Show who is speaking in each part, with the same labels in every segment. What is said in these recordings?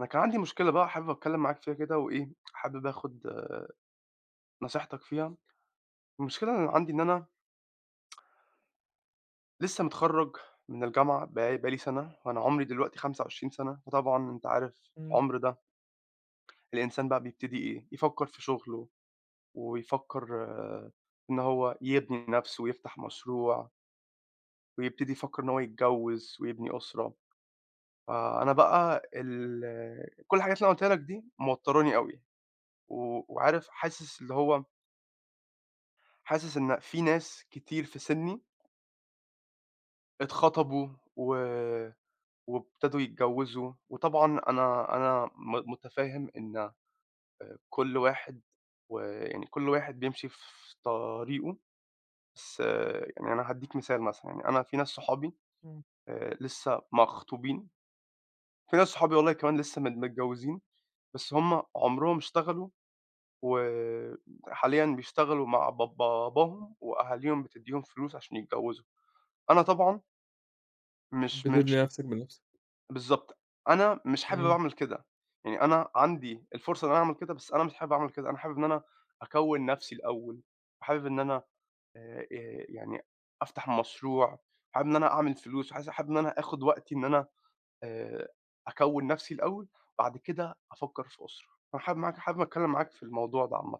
Speaker 1: أنا كان عندي مشكلة بقى حابب أتكلم معاك فيها كده وإيه، حابب آخد نصيحتك فيها. المشكلة اللي عندي إن أنا لسه متخرّج من الجامعة بقى لي سَنة، وأنا عمري دلوقتي 25 سَنة، فطبعًا أنت عارف
Speaker 2: إمم،
Speaker 1: العمر ده الإنسان بقى بيبتدي إيه، يفكّر في شغله ويفكّر إن هو يبني نَفْسه ويفتح مشروع، ويبتدي يفكّر إن هو يتجوّز ويبني أسرة. فأنا بقى كل الحاجات اللي أنا قُلتها لك دي موتّراني أوي، و وعارف، حاسس اللي هو حاسس إن في ناس كتير في سنّي اتخطبوا و وابتدوا يتجوّزوا، وطبعًا أنا مُتفهِّم إن كل واحد، ويعني كل واحد بيمشي في طريقه، بس يعني أنا هادّيك مثال مثلًا. يعني أنا في ناس صحابي
Speaker 2: إمم،
Speaker 1: لسّه مخطوبين، في ناس صحابي والله كمان لسّه متجوّزين، بس هم عُمرهم اشتغلوا، وحاليًا بيشتغلوا مع باباهم، وأهاليهم بتدّيهم فلوس عشان يتجوّزوا. أنا طبعًا مش.
Speaker 2: بتبني نفسك بنفسك.
Speaker 1: بالضبط. أنا مش حابب
Speaker 2: إمم،
Speaker 1: أعمل كده. يعني أنا عندي الفرصة إن أنا أعمل كده، بس أنا مش حابب أعمل كده. أنا حابب إن أنا أكوّن نَفْسي الأول، وحابب إن أنا يعني أفتح مشروع، حابب إن أنا أعمل فلوس، حابب إن أنا آخُد وقتي، إن أنا آآ أكوّن نَفْسي الأول، بعد كده أفكّر في أسرة. أنا حابب أتكلّم معاك في الموضوع ده عامةً.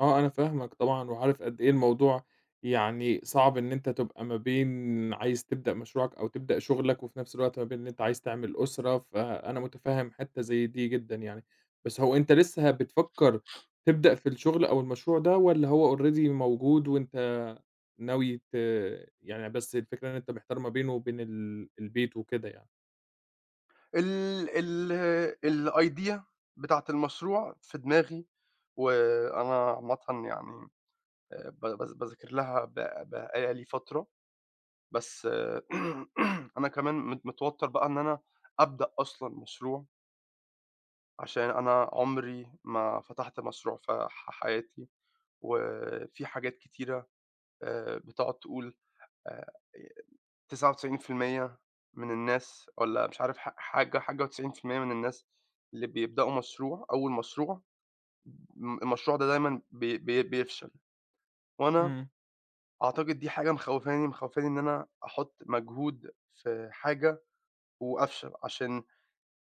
Speaker 2: آه، أنا فاهمك طبعًا وعارف قد إيه الموضوع يعني. صعب إن أنت تبقى ما بين عايز تبدأ مشروعك أو تبدأ شغلك، وفي نفس الوقت ما بين إن أنت عايز تعمل أسرة، فأنا متفهم حتة زي دي جدًا يعني. بس هو أنت لسه بتفكر تبدأ في الشغل أو المشروع ده والّا هو already موجود وأنت ناوي ت، يعني بس الفكرة إن أنت محتار ما بينه وبين البيت وكده يعني؟
Speaker 1: ال ال الidea بتاعة المشروع في دماغي، وأنا عامةً يعني ب باذ باذاكر لها بقى لي فترة. بس أنا كمان متوتّر بقى إن أنا أبدأ أصلًا مشروع، عشان أنا عمري ما فتحت مشروع في حياتي، وفي حاجات كتيرة بتقعد تقول آآ 99% من الناس، والّا مش عارف ح حاجة حاجة، و90% من الناس اللي بيبدأوا مشروع، أول مشروع، المشروع ده دايمًا بي بي بيفشل، وأنا
Speaker 2: إمم،
Speaker 1: أعتقد دي حاجة مخوّفاني، مخوّفاني إن أنا أحُط مجهود في حاجة وأفشل، عشان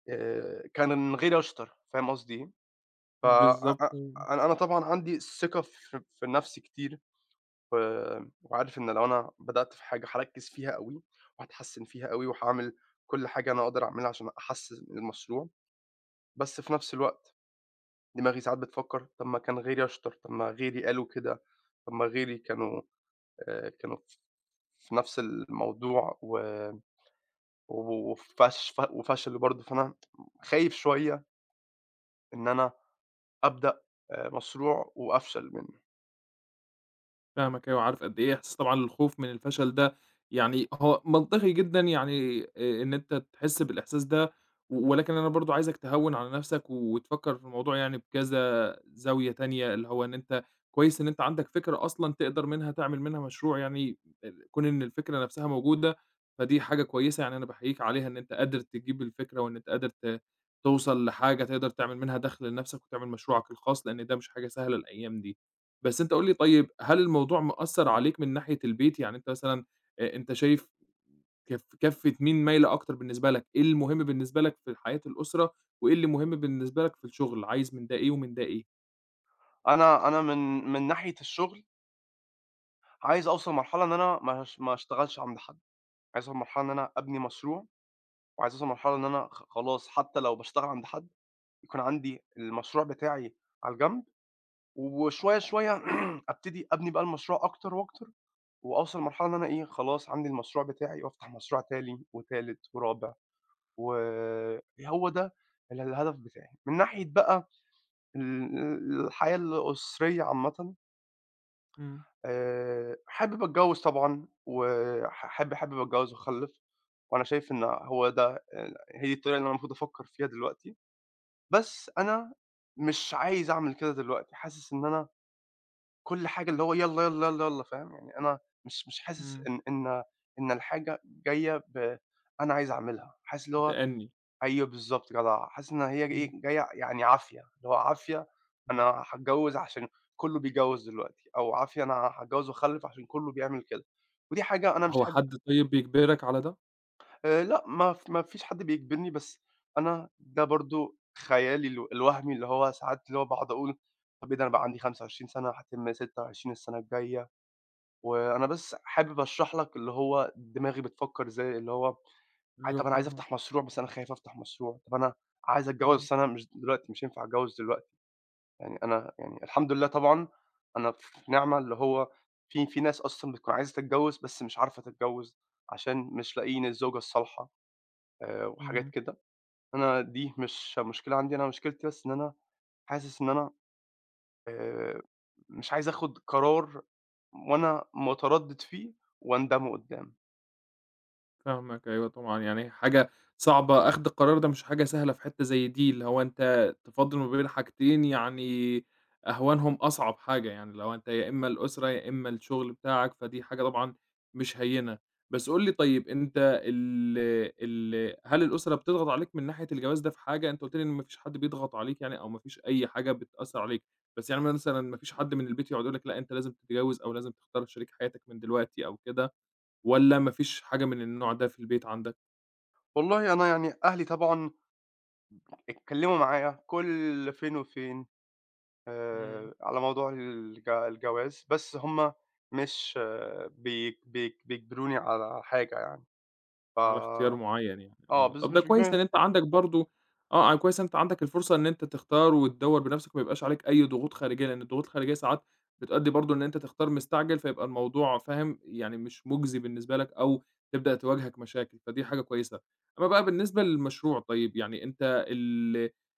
Speaker 1: كان غيري أشطر. فاهم قصدي إيه؟ ف أ
Speaker 2: بالضبط.
Speaker 1: أ أنا أنا طبعًا عندي ثقة في نَفْسي كتير، و وعارف إن لو أنا بدأت في حاجة هاركِّز فيها أوي، وهاتحسّن فيها أوي، وهاعمل كل حاجة أنا أقدر أعملها عشان أحسّن المشروع، بس في نَفْس الوقت دماغي ساعات بتفكّر طَب ما كان غيري أشطر، طَب ما غيري قالوا كده، طَب ما غيري كانوا كانوا في نفس الموضوع و و وفش وفشلوا برضه. فأنا خايف شوية إن أنا أبدأ مشروع وأفشل منّه.
Speaker 2: فاهمك أيوه، عارف قد إيه إحساس طبعًا الخوف من الفشل ده، يعني هو منطقي جدًا يعني إن أنت تحس بالإحساس ده، و- ولكن أنا برضه عايزك تهوّن على نَفْسك و- وتفكّر في الموضوع يعني بكذا زاوية تانية، اللي هو إن أنت كويس إن أنت عندك فكرة أصلًا تقدر منها تعمل منها مشروع يعني. كون إن الفكرة نَفْسها موجودة، فدي حاجة كويسة يعني أنا باحييك عليها إن أنت قادر تجيب الفكرة وإن أنت قادر توصل لحاجة تقدر تعمل منها دَخْل لنَفْسك وتعمل مشروعك الخاص، لإن ده مش حاجة سهلة الأيام دي. بس أنت قُل لي طيب، هل الموضوع مأثّر عليك من ناحية البيت؟ يعني أنت مثلًا أنت شايف كَفّة مين مايلة أكتر بالنسبة لك؟ إيه المهم بالنسبة لك في حياة الأسرة، وإيه اللي مهم بالنسبة لك في الشغل؟ عايز من ده إيه ومن ده إيه؟
Speaker 1: أنا من ناحية الشغل عايز أوصل لمرحلة إن أنا ما اشتغلش عند حد، عايز أوصل لمرحلة إن أنا أبني مشروع، وعايز أوصل لمرحلة إن أنا خلاص، حتى لو باشتغل عند حد، يكون عندي المشروع بتاعي على الجنب، وشوية شوية أبتدي أبني بقى المشروع أكتر وأكتر، وأوصل لمرحلة إن أنا إيه، خلاص عندي المشروع بتاعي، وأفتح مشروع تاني وتالت ورابع. وهو ده الهدف بتاعي. من ناحية بقى الحياة الأسرية عامةً،
Speaker 2: إمم،
Speaker 1: حابب أتجوّز طبعًا، وح حاب حابب أتجوّز وأخلّف، وأنا شايف إن هو ده هي دي الطريقة اللي أنا المفروض أفكّر فيها دلوقتي، بس أنا مش عايز أعمل كده دلوقتي. حاسس إن أنا كل حاجة اللي هو يالّا، يالّا، يالّا، يالّا، فاهم؟ يعني أنا مش حاسس
Speaker 2: إمم.
Speaker 1: إن إن الحاجة جاية أنا عايز أعملها. حاسس اللي هو،
Speaker 2: بتأنّي.
Speaker 1: أيوه بالضبط جدع، حاسس إن هي
Speaker 2: إمم،
Speaker 1: إيه، جاية يعني عافية، اللي هو عافية،
Speaker 2: إمم.
Speaker 1: أنا هاتجوّز عشان كلّه بيتجوّز دلوقتي، أو عافية أنا هاتجوّز وأخلّف عشان كلّه بيعمل كده، ودي حاجة أنا مش
Speaker 2: هو
Speaker 1: حابب.
Speaker 2: حد طيب بيجبرك على ده؟
Speaker 1: لأ، ما فيش حد بيجبرني، بس أنا ده برضه خيالي الوهمي، اللي هو ساعات اللي هو باقعد أقول طَب إيه ده، أنا بقى عندي 25 سَنة، هاتم 26 السَنة الجاية. وأنا بس حابب أشرح لك اللي هو دماغي بتفكّر إزاي، اللي هو
Speaker 2: أيوه
Speaker 1: طَب أنا عايز
Speaker 2: فاهمك.
Speaker 1: أفتح مشروع بس أنا خايف أفتح مشروع، طَب أنا عايز أتجوّز
Speaker 2: إمم،
Speaker 1: بس أنا مش هينفع أتجوّز دلوقتي. يعني أنا يعني الحمد لله طبعًا، أنا في نعمة اللي هو في ناس أصلًا بتكون عايزة تتجوّز بس مش عارفة تتجوّز، عشان مش لاقيين الزوجة الصالحة وحاجات
Speaker 2: إمم.
Speaker 1: كده. أنا دي مش مشكلة عندي. أنا مشكلتي بس إن أنا حاسس إن أنا آآ مش عايز آخُد قرار وأنا متردّد فيه، وأندمه قُدّام.
Speaker 2: فاهمك أيوه طبعًا، يعني حاجة صعبة أخْد القرار ده مش حاجة سهلة في حتّة زي دي، اللي هو أنت تفاضل ما بين حاجتين يعني أهوانهم أصعب حاجة، يعني اللي هو أنت يا إمّا الأسرة يا إمّا الشغل بتاعك، فدي حاجة طبعًا مش هيّنة. بس قُل لي طيب أنت ال ال هل الأسرة بتضغط عليك من ناحية الجواز ده في حاجة؟ أنت قُلت لي إن ما فيش حد بيضغط عليك يعني أو ما فيش أي حاجة بتأثّر عليك، بس يعني مثلًا ما فيش حد من البيت يقعد يقول لك لأ أنت لازم تتجوّز أو لازم تختار شريك حياتك من دلوقتي أو كده؟ والّا ما فيش حاجة من النوع ده في البيت عندك؟
Speaker 1: والله أنا يعني أهلي طبعًا اتكلّموا معايا كل فين وفين
Speaker 2: إمم.
Speaker 1: على موضوع الجواز، بس هم مش بي بي بيجبروني على حاجة يعني، ف
Speaker 2: على اختيار معيّن يعني،
Speaker 1: آه،
Speaker 2: آه.
Speaker 1: بس
Speaker 2: طب ده
Speaker 1: مش
Speaker 2: كويس
Speaker 1: بيجبروني.
Speaker 2: إن أنت عندك برضه آه، يعني كويس إن أنت عندك الفرصة إن أنت تختار وتدوّر بنَفْسك وما يبقاش عليك أي ضغوط خارجية، لإن الضغوط الخارجية ساعات بتؤدّي برضه إن أنت تختار مستعجل، فيبقى الموضوع فاهم، يعني مش مُجزي بالنسبة لك أو تبدأ تواجهك مشاكل، فدي حاجة كويسة. أمّا بقى بالنسبة للمشروع طيب، يعني أنت ال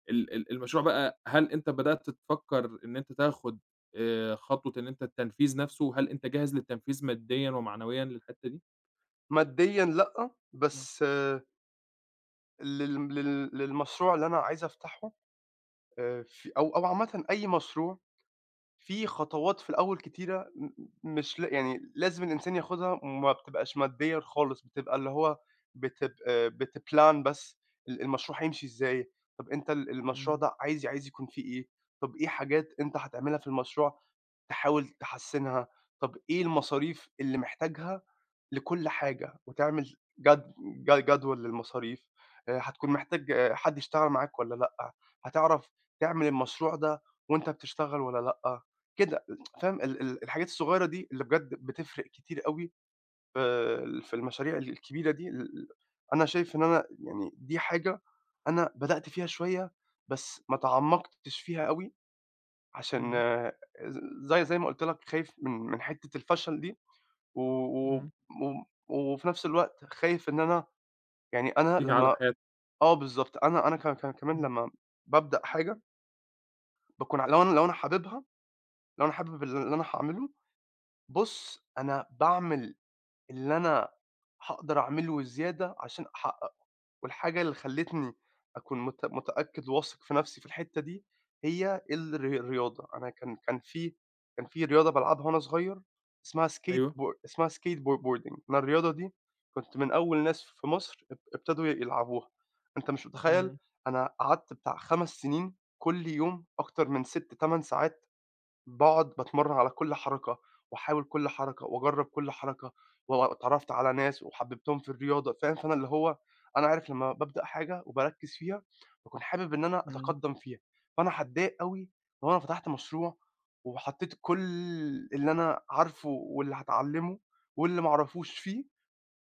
Speaker 2: ال ال المشروع بقى هل أنت بدأت تفكّر إن أنت تاخُد خطوة إن أنت التنفيذ نَفْسه، هل أنت جاهز للتنفيذ ماديًا ومعنويًا للحتّة دي؟
Speaker 1: ماديًا لأ،
Speaker 2: إمم،
Speaker 1: بس لل لل للمشروع اللي أنا عايز أفتحه، في أو أو عامةً أي مشروع في خطوات في الأول كتيرة، مش يعني لازم الإنسان ياخدها، وما بتبقاش ماديًا خالص، بتبقى اللي هو بتب بتplan بس المشروع هيمشي إزاي. طب أنت المشروع
Speaker 2: إمم،
Speaker 1: ده عايز يكون فيه إيه، طب إيه حاجات أنت هتعملها في المشروع تحاول تحسّنها، طب إيه المصاريف اللي محتاجها لكل حاجة، وتعمل جد ج جدول للمصاريف، هتكون محتاج حد يشتغل معاك والّا لأ، هتعرف تعمل المشروع ده وأنت بتشتغل والّا لأ؟ كده، فاهم؟ ال ال الحاجات الصغيرة دي اللي بجد بتفرق كتير أوي في المشاريع الكبيرة دي. أنا شايف إن أنا يعني دي حاجة أنا بدأت فيها شوية، بس ما تعمقتش فيها أوي، عشان
Speaker 2: إمم.
Speaker 1: زي ما قُلت لك، خايف من حتة الفشل دي، و و
Speaker 2: إمم،
Speaker 1: و وفي نفس الوقت خايف إن أنا، يعني أنا
Speaker 2: تيجي على
Speaker 1: لمّا،
Speaker 2: حياتك.
Speaker 1: آه بالضبط. أنا ك ك كمان
Speaker 2: إمم،
Speaker 1: لمّا بابدأ حاجة، باكون لو أنا حاببها، لو أنا حابب اللي أنا هاعمله، بُص أنا باعمل اللي أنا هاقدر أعمله زيادة عشان أحققه. والحاجة اللي خلّتني أكون متأكد وواثق في نَفْسي في الحتّة دي، هي الرياضة. أنا كان في رياضة بالعبها وأنا صغير،
Speaker 2: أيوه.
Speaker 1: اسمها skate بو boarding. أنا الرياضة دي كنت من أول ناس في مصر ابتدوا يلعبوها. أنت مش متخيّل،
Speaker 2: إمم،
Speaker 1: أنا قعدت بتاع 5 سنين كل يوم أكتر من 6، 8 ساعات باقعد باتمرّن على كل حركة، واحاول كل حركة، وأجرّب كل حركة، واتعرّفت على ناس وحبّبتهم في الرياضة. فاهم؟ فأنا اللي هو، أنا عارف لمّا بابدأ حاجة وباركّز فيها، باكون حابب إن أنا
Speaker 2: إمم،
Speaker 1: أتقدّم فيها. فأنا هاتضايق أوي لو أنا فتحت مشروع، وحطّيت كل اللي أنا عارفه، واللي هاتعلّمه، واللي ما أعرفوش فيه،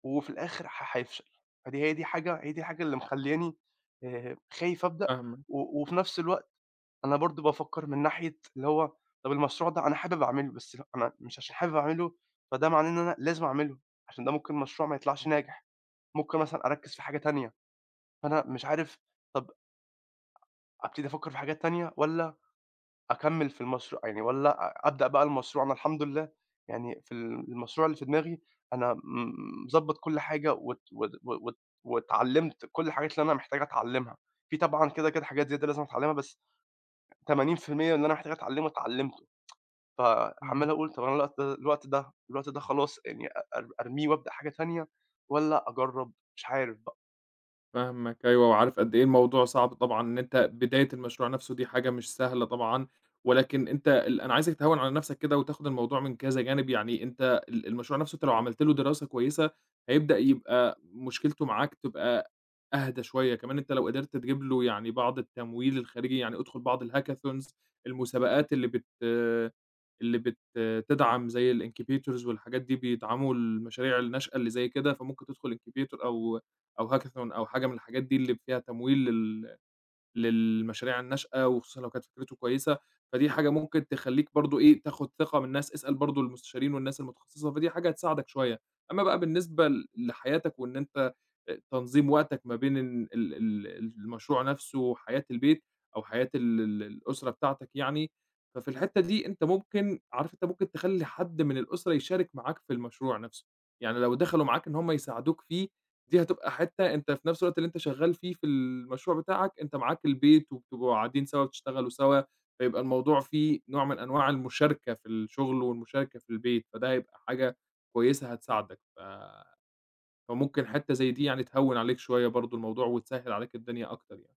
Speaker 1: وفي الآخر هيفشل. فدي هي دي حاجة هي دي الحاجة اللي مخلّياني خايف أبدأ،
Speaker 2: فاهمك.
Speaker 1: وفي نفس الوقت أنا برضه بافكّر من ناحية اللي هو، طَب المشروع ده أنا حابب أعمله، بس لأ، أنا مش عشان حابب أعمله فده معناه إن أنا لازم أعمله، عشان ده ممكن مشروع ما يطلعش
Speaker 2: إمم،
Speaker 1: ناجح. ممكن مثلًا أركّز في حاجة تانية. فأنا مش عارف، طَب أبتدي أفكّر في حاجات تانية والّا أكمّل في المشروع يعني، والّا أبدأ بقى المشروع؟ أنا الحمد لله يعني، في المشروع اللي في دماغي أنا مضبّط كل حاجة، واتعلّمت كل الحاجات اللي أنا محتاج أتعلّمها. في طبعًا كده، كده حاجات زيادة لازم أتعلّمها، بس 80% اللي أنا محتاج أتعلّمه اتعلّمته.
Speaker 2: إمم.
Speaker 1: فعمّال أقول طب أنا الوقت ده خلاص يعني، أ أر أرميه وأبدأ حاجة تانية، والّا أجرّب؟ مش عارف بقى.
Speaker 2: فاهمك أيوه، وعارف قد إيه الموضوع صعب طبعًا إن أنت بداية المشروع نفسه دي حاجة مش سهلة طبعًا، ولكن أنت ال، أنا عايزك تهوّن على نفسك كده وتاخد الموضوع من كذا جانب، يعني أنت المشروع نفسه أنت لو عملت له دراسة كويسة هيبدأ يبقى مشكلته معاك تبقى أهدى شوية، كمان أنت لو قدرت تجيب له يعني بعض التمويل الخارجي، يعني ادخل بعض الhackathons المسابقات اللي بت تدعم زي الincubators والحاجات دي بيدعموا المشاريع الناشئة اللي زي كده، فممكن تدخل incubator أو أو هاكاثون أو حاجة من الحاجات دي اللي فيها تمويل للمشاريع الناشئة، وخصوصًا لو كانت فكرته كويسة، فدي حاجة ممكن تخلّيك برضه إيه، تاخد ثقة من الناس، اسأل برضه المستشارين والناس المتخصصة، فدي حاجة هتساعدك شوية. أمّا بقى بالنسبة ل لحياتك وإن أنت تنظيم وقتك ما بين ال ال ال المشروع نفسه وحياة البيت أو حياة ال ال الأسرة بتاعتك يعني، ففي الحتّة دي أنت ممكن عارف أنت ممكن تخلّي حد من الأسرة يشارك معاك في المشروع نفسه، يعني لو دخلوا معاك إن هم يساعدوك فيه دي هتبقى حتّة أنت في نفس الوقت اللي أنت شغّال فيه في المشروع بتاعك، أنت معاك البيت وبتبقوا قاعدين سوا بتشتغلوا سوا، فيبقى الموضوع فيه نوع من أنواع المشاركة في الشغل والمشاركة في البيت، فده هيبقى حاجة كويسة هتساعدك، فممكن حتّة زي دي يعني تهوّن عليك شوية برضه الموضوع وتسهّل عليك الدنيا أكتر يعني.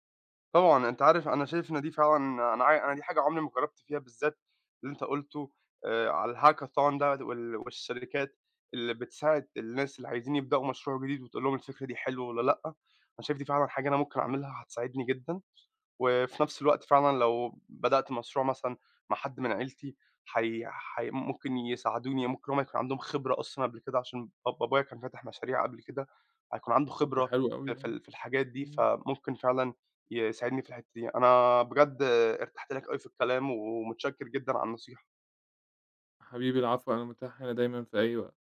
Speaker 1: طبعًا أنت عارف، أنا شايف إن دي فعلًا، أنا دي حاجة عمري ما جرّبت فيها، بالذات اللي أنت قُلته على الhackathon ده، والشركات اللي بتساعد الناس اللي عايزين يبدأوا مشروع جديد، وتقول لهم الفكرة دي حلوة والّا لأ. أنا شايف دي فعلًا حاجة أنا ممكن أعملها، هتساعدني جدًا. وفي نفس الوقت فعلًا لو بدأت مشروع مثلًا مع حد من عيلتي حي حي ممكن يساعدوني، ممكن هُم يكون عندهم خبرة أصلًا قبل كده، عشان بابايا كان فاتح مشاريع قبل كده، هيكون عنده
Speaker 2: طب ده
Speaker 1: خبرة
Speaker 2: حلو أوي يعني.
Speaker 1: في الحاجات دي،
Speaker 2: إمم.
Speaker 1: فممكن فعلًا يساعدني في الحتة دي. أنا بجد ارتحت لك أوي في الكلام، ومتشكر جدًا على النصيحة.
Speaker 2: حبيبي العفو، أنا متاح هنا دايمًا في أي وقت.